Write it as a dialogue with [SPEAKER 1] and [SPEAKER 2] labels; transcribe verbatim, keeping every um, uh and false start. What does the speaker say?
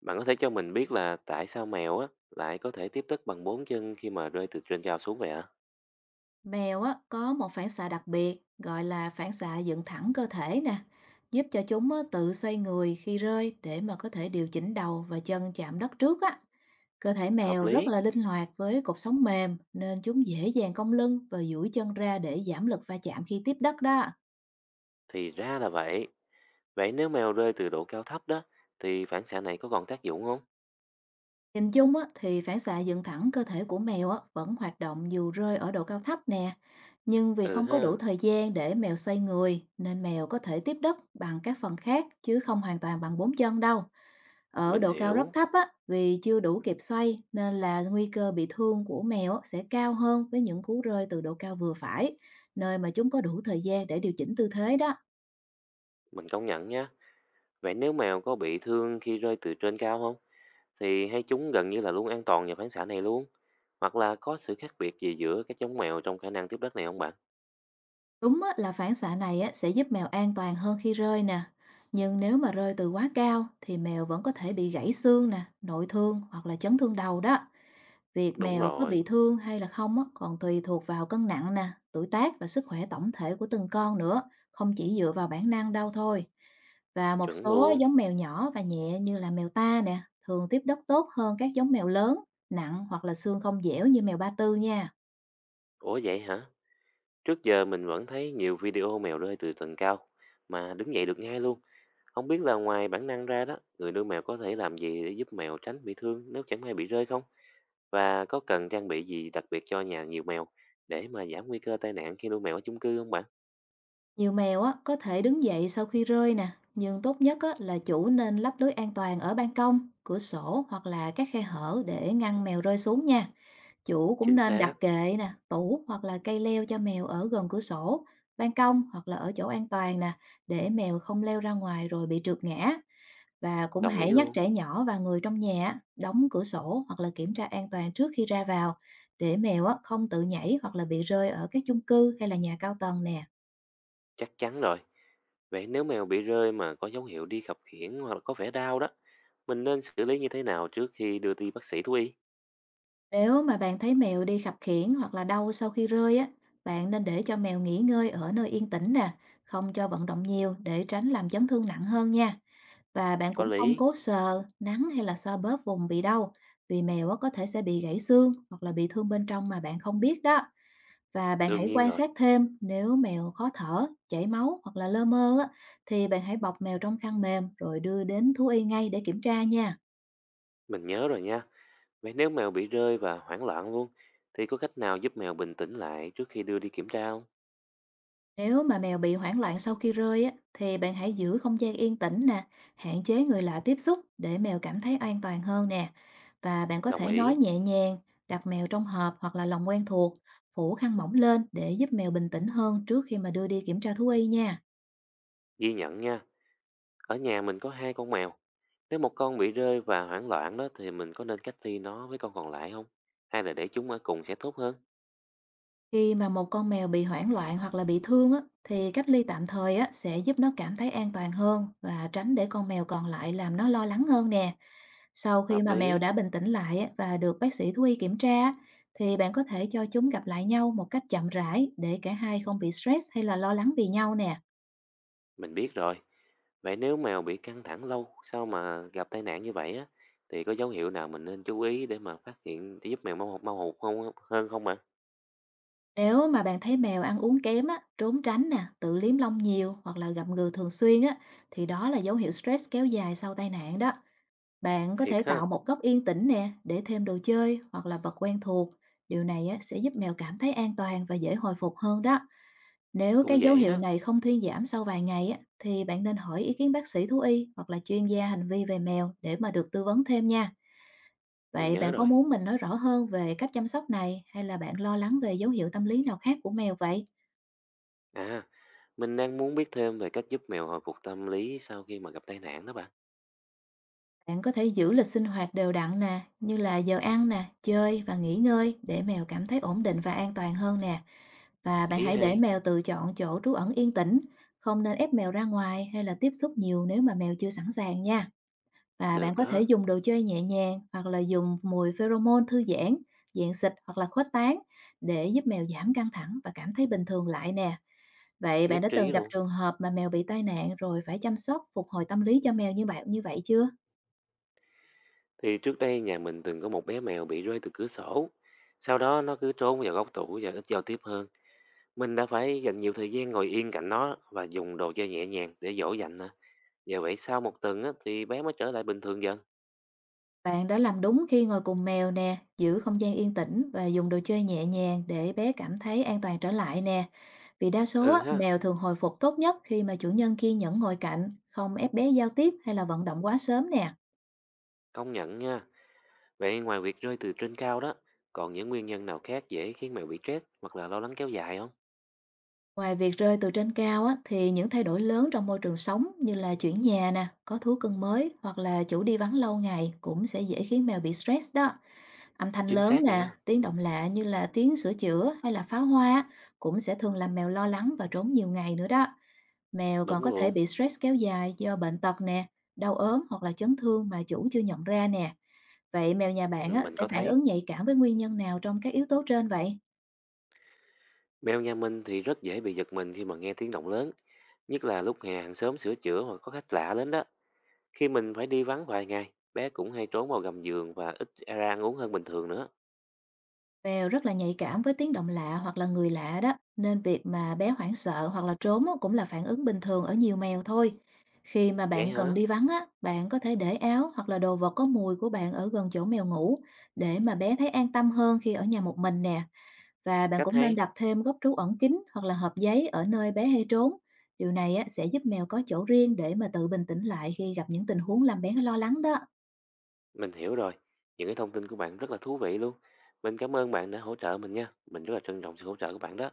[SPEAKER 1] Bạn có thể cho mình biết là tại sao mèo á lại có thể tiếp tức bằng bốn chân khi mà rơi từ trên cao xuống vậy ạ?
[SPEAKER 2] Mèo á, có một phản xạ đặc biệt gọi là phản xạ dựng thẳng cơ thể nè, giúp cho chúng á, tự xoay người khi rơi để mà có thể điều chỉnh đầu và chân chạm đất trước á. Cơ thể
[SPEAKER 1] Hợp
[SPEAKER 2] mèo rất
[SPEAKER 1] lý,
[SPEAKER 2] là linh hoạt với cột sống mềm, nên chúng dễ dàng cong lưng và duỗi chân ra để giảm lực va chạm khi tiếp đất đó.
[SPEAKER 1] thì ra là vậy. Vậy nếu mèo rơi từ độ cao thấp đó thì phản xạ này có còn tác dụng không?
[SPEAKER 2] Nhìn chung á, thì phản xạ dựng thẳng cơ thể của mèo á, vẫn hoạt động dù rơi ở độ cao thấp nè. Nhưng vì
[SPEAKER 1] Ừ
[SPEAKER 2] không có đủ
[SPEAKER 1] ha,
[SPEAKER 2] thời gian để mèo xoay người, nên mèo có thể tiếp đất bằng các phần khác chứ không hoàn toàn bằng bốn chân đâu. Ở
[SPEAKER 1] mình
[SPEAKER 2] độ cao rất
[SPEAKER 1] hiểu,
[SPEAKER 2] thấp á, vì chưa đủ kịp xoay nên là nguy cơ bị thương của mèo á, sẽ cao hơn với những cú rơi từ độ cao vừa phải, nơi mà chúng có đủ thời gian để điều chỉnh tư thế đó.
[SPEAKER 1] mình công nhận nha. Vậy nếu mèo có bị thương khi rơi từ trên cao không? Thì hay chúng gần như là luôn an toàn nhờ phản xạ này luôn. Hoặc là có sự khác biệt gì giữa các giống mèo trong khả năng tiếp đất này không bạn?
[SPEAKER 2] Đúng á, là phản xạ này á, sẽ giúp mèo an toàn hơn khi rơi nè. Nhưng nếu mà rơi từ quá cao thì mèo vẫn có thể bị gãy xương nè, nội thương hoặc là chấn thương đầu đó. Việc
[SPEAKER 1] Đúng
[SPEAKER 2] mèo có
[SPEAKER 1] rồi,
[SPEAKER 2] bị thương hay là không á, còn tùy thuộc vào cân nặng nè, tuổi tác và sức khỏe tổng thể của từng con nữa, không chỉ dựa vào bản năng đâu thôi. Và một
[SPEAKER 1] chuẩn
[SPEAKER 2] số
[SPEAKER 1] luôn.
[SPEAKER 2] giống mèo nhỏ và nhẹ như là mèo ta nè, thường tiếp đất tốt hơn các giống mèo lớn, nặng hoặc là xương không dẻo như mèo Ba Tư nha.
[SPEAKER 1] Ủa vậy hả? Trước giờ mình vẫn thấy nhiều video mèo rơi từ tầng cao mà đứng dậy được ngay luôn. Không biết là ngoài bản năng ra đó, người nuôi mèo có thể làm gì để giúp mèo tránh bị thương nếu chẳng may bị rơi không? Và có cần trang bị gì đặc biệt cho nhà nhiều mèo để mà giảm nguy cơ tai nạn khi nuôi mèo ở chung cư không bạn?
[SPEAKER 2] Nhiều mèo á, có thể đứng dậy sau khi rơi nè, nhưng tốt nhất á, là chủ nên lắp lưới an toàn ở ban công, cửa sổ hoặc là các khe hở để ngăn mèo rơi xuống nha. Chủ cũng
[SPEAKER 1] Chính
[SPEAKER 2] nên đặt
[SPEAKER 1] xác,
[SPEAKER 2] kệ nè, tủ hoặc là cây leo cho mèo ở gần cửa sổ, ban công hoặc là ở chỗ an toàn nè, để mèo không leo ra ngoài rồi bị trượt ngã. Và cũng
[SPEAKER 1] đồng
[SPEAKER 2] hãy
[SPEAKER 1] ý
[SPEAKER 2] nhắc
[SPEAKER 1] luôn,
[SPEAKER 2] trẻ nhỏ và người trong nhà á, đóng cửa sổ hoặc là kiểm tra an toàn trước khi ra vào, để mèo á, không tự nhảy hoặc là bị rơi ở các chung cư hay là nhà cao tầng nè.
[SPEAKER 1] chắc chắn rồi. Vậy nếu mèo bị rơi mà có dấu hiệu đi khập khiễng hoặc là có vẻ đau đó, mình nên xử lý như thế nào trước khi đưa đi bác sĩ thú y?
[SPEAKER 2] Nếu mà bạn thấy mèo đi khập khiễng hoặc là đau sau khi rơi á, bạn nên để cho mèo nghỉ ngơi ở nơi yên tĩnh nè, không cho vận động nhiều để tránh làm chấn thương nặng hơn nha. Và bạn
[SPEAKER 1] Có
[SPEAKER 2] cũng không
[SPEAKER 1] lý,
[SPEAKER 2] cố sờ, nắn hay là xoa bóp vùng bị đau, vì mèo á, có thể sẽ bị gãy xương hoặc là bị thương bên trong mà bạn không biết đó. Và bạn
[SPEAKER 1] đương
[SPEAKER 2] hãy
[SPEAKER 1] nhiên
[SPEAKER 2] quan
[SPEAKER 1] rồi,
[SPEAKER 2] sát thêm, nếu mèo khó thở, chảy máu hoặc là lơ mơ á, thì bạn hãy bọc mèo trong khăn mềm rồi đưa đến thú y ngay để kiểm tra nha.
[SPEAKER 1] mình nhớ rồi nha. Vậy nếu mèo bị rơi và hoảng loạn luôn, thì có cách nào giúp mèo bình tĩnh lại trước khi đưa đi kiểm tra không?
[SPEAKER 2] Nếu mà mèo bị hoảng loạn sau khi rơi á, thì bạn hãy giữ không gian yên tĩnh nè, hạn chế người lạ tiếp xúc để mèo cảm thấy an toàn hơn nè. Và bạn có
[SPEAKER 1] Đồng
[SPEAKER 2] thể nói
[SPEAKER 1] ý,
[SPEAKER 2] nhẹ nhàng, đặt mèo trong hộp hoặc là lồng quen thuộc, phủ khăn mỏng lên để giúp mèo bình tĩnh hơn trước khi mà đưa đi kiểm tra thú y nha.
[SPEAKER 1] ghi nhận nha. Ở nhà mình có hai con mèo. Nếu một con bị rơi và hoảng loạn đó thì mình có nên cách ly nó với con còn lại không? Hay là để chúng ở cùng sẽ tốt hơn?
[SPEAKER 2] Khi mà một con mèo bị hoảng loạn hoặc là bị thương á, thì cách ly tạm thời á, sẽ giúp nó cảm thấy an toàn hơn và tránh để con mèo còn lại làm nó lo lắng hơn nè. Sau khi
[SPEAKER 1] Hợp
[SPEAKER 2] mà mèo
[SPEAKER 1] lý,
[SPEAKER 2] đã bình tĩnh lại á, và được bác sĩ thú y kiểm tra á, thì bạn có thể cho chúng gặp lại nhau một cách chậm rãi để cả hai không bị stress hay là lo lắng vì nhau nè.
[SPEAKER 1] mình biết rồi. Vậy nếu mèo bị căng thẳng lâu sau mà gặp tai nạn như vậy á, thì có dấu hiệu nào mình nên chú ý để mà phát hiện để giúp mèo mau mau hụt không hơn không ạ?
[SPEAKER 2] Nếu mà bạn thấy mèo ăn uống kém á, trốn tránh nè, tự liếm lông nhiều hoặc là gặm gừ thường xuyên á, thì đó là dấu hiệu stress kéo dài sau tai nạn đó. Bạn có
[SPEAKER 1] Thiệt
[SPEAKER 2] thể tạo
[SPEAKER 1] ha,
[SPEAKER 2] một góc yên tĩnh nè để thêm đồ chơi hoặc là vật quen thuộc. Điều này á, sẽ giúp mèo cảm thấy an toàn và dễ hồi phục hơn đó. Nếu cái
[SPEAKER 1] cũng
[SPEAKER 2] dấu
[SPEAKER 1] dễ
[SPEAKER 2] hiệu
[SPEAKER 1] đó,
[SPEAKER 2] này không thuyên giảm sau vài ngày á, thì bạn nên hỏi ý kiến bác sĩ thú y hoặc là chuyên gia hành vi về mèo để mà được tư vấn thêm nha.
[SPEAKER 1] mình
[SPEAKER 2] Vậy
[SPEAKER 1] nhớ
[SPEAKER 2] bạn có
[SPEAKER 1] rồi.
[SPEAKER 2] muốn mình nói rõ hơn về cách chăm sóc này, hay là bạn lo lắng về dấu hiệu tâm lý nào khác của mèo vậy?
[SPEAKER 1] À, mình đang muốn biết thêm về cách giúp mèo hồi phục tâm lý sau khi mà gặp tai nạn đó bạn.
[SPEAKER 2] Bạn có thể giữ lịch sinh hoạt đều đặn nè, như là giờ ăn nè, chơi và nghỉ ngơi để mèo cảm thấy ổn định và an toàn hơn nè. Và bạn
[SPEAKER 1] Ý
[SPEAKER 2] hãy để
[SPEAKER 1] hay,
[SPEAKER 2] mèo tự chọn chỗ trú ẩn yên tĩnh, không nên ép mèo ra ngoài hay là tiếp xúc nhiều nếu mà mèo chưa sẵn sàng nha. Và bạn
[SPEAKER 1] được
[SPEAKER 2] có thể
[SPEAKER 1] đó,
[SPEAKER 2] dùng đồ chơi nhẹ nhàng hoặc là dùng mùi pheromone thư giãn, dạng xịt hoặc là khuếch tán để giúp mèo giảm căng thẳng và cảm thấy bình thường lại nè. Vậy bạn
[SPEAKER 1] nhất
[SPEAKER 2] đã từng
[SPEAKER 1] trí
[SPEAKER 2] gặp
[SPEAKER 1] luôn.
[SPEAKER 2] trường hợp mà mèo bị tai nạn rồi phải chăm sóc phục hồi tâm lý cho mèo như bạn như vậy chưa?
[SPEAKER 1] Thì trước đây nhà mình từng có một bé mèo bị rơi từ cửa sổ. Sau đó nó cứ trốn vào góc tủ và ít giao tiếp hơn. Mình đã phải dành nhiều thời gian ngồi yên cạnh nó và dùng đồ chơi nhẹ nhàng để dỗ dành nó. Nhờ vậy sau một tuần á, thì bé mới trở lại bình thường dần.
[SPEAKER 2] Bạn đã làm đúng khi ngồi cùng mèo nè, giữ không gian yên tĩnh và dùng đồ chơi nhẹ nhàng để bé cảm thấy an toàn trở lại nè. Vì đa số á,
[SPEAKER 1] Ừ ha,
[SPEAKER 2] mèo thường hồi phục tốt nhất khi mà chủ nhân kiên nhẫn ngồi cạnh, không ép bé giao tiếp hay là vận động quá sớm nè.
[SPEAKER 1] công nhận nha. Vậy ngoài việc rơi từ trên cao đó, còn những nguyên nhân nào khác dễ khiến mèo bị stress hoặc là lo lắng kéo dài không?
[SPEAKER 2] Ngoài việc rơi từ trên cao á, thì những thay đổi lớn trong môi trường sống như là chuyển nhà nè, có thú cưng mới hoặc là chủ đi vắng lâu ngày cũng sẽ dễ khiến mèo bị stress đó. Âm thanh
[SPEAKER 1] Chính
[SPEAKER 2] lớn
[SPEAKER 1] xác
[SPEAKER 2] nè,
[SPEAKER 1] nha,
[SPEAKER 2] tiếng động lạ như là tiếng sửa chữa hay là pháo hoa á, cũng sẽ thường làm mèo lo lắng và trốn nhiều ngày nữa đó. Mèo còn
[SPEAKER 1] đúng
[SPEAKER 2] có thể
[SPEAKER 1] luôn.
[SPEAKER 2] bị stress kéo dài do bệnh tật nè, đau ốm hoặc là chấn thương mà chủ chưa nhận ra nè. Vậy mèo nhà bạn
[SPEAKER 1] Ừ,
[SPEAKER 2] á,
[SPEAKER 1] mình
[SPEAKER 2] sẽ
[SPEAKER 1] có
[SPEAKER 2] phản
[SPEAKER 1] thấy
[SPEAKER 2] ứng nhạy cảm với nguyên nhân nào trong các yếu tố trên vậy?
[SPEAKER 1] mèo nhà mình thì rất dễ bị giật mình khi mà nghe tiếng động lớn, nhất là lúc nhà hàng xóm sửa chữa hoặc có khách lạ đến đó. Khi mình phải đi vắng vài ngày, bé cũng hay trốn vào gầm giường và ít ra ăn uống hơn bình thường nữa.
[SPEAKER 2] Mèo rất là nhạy cảm với tiếng động lạ hoặc là người lạ đó, nên việc mà bé hoảng sợ hoặc là trốn á, cũng là phản ứng bình thường ở nhiều mèo thôi. Khi mà
[SPEAKER 1] Vậy
[SPEAKER 2] bạn cần
[SPEAKER 1] hả?
[SPEAKER 2] đi vắng á, bạn có thể để áo hoặc là đồ vật có mùi của bạn ở gần chỗ mèo ngủ để mà bé thấy an tâm hơn khi ở nhà một mình nè. Và bạn
[SPEAKER 1] Cách
[SPEAKER 2] cũng nên
[SPEAKER 1] hay.
[SPEAKER 2] đặt thêm góc trú ẩn kín hoặc là hộp giấy ở nơi bé hay trốn. Điều này á, sẽ giúp mèo có chỗ riêng để mà tự bình tĩnh lại khi gặp những tình huống làm bé lo lắng đó.
[SPEAKER 1] Mình hiểu rồi. Những cái thông tin của bạn rất là thú vị luôn. Mình cảm ơn bạn đã hỗ trợ mình nha. Mình rất là trân trọng sự hỗ trợ của bạn đó.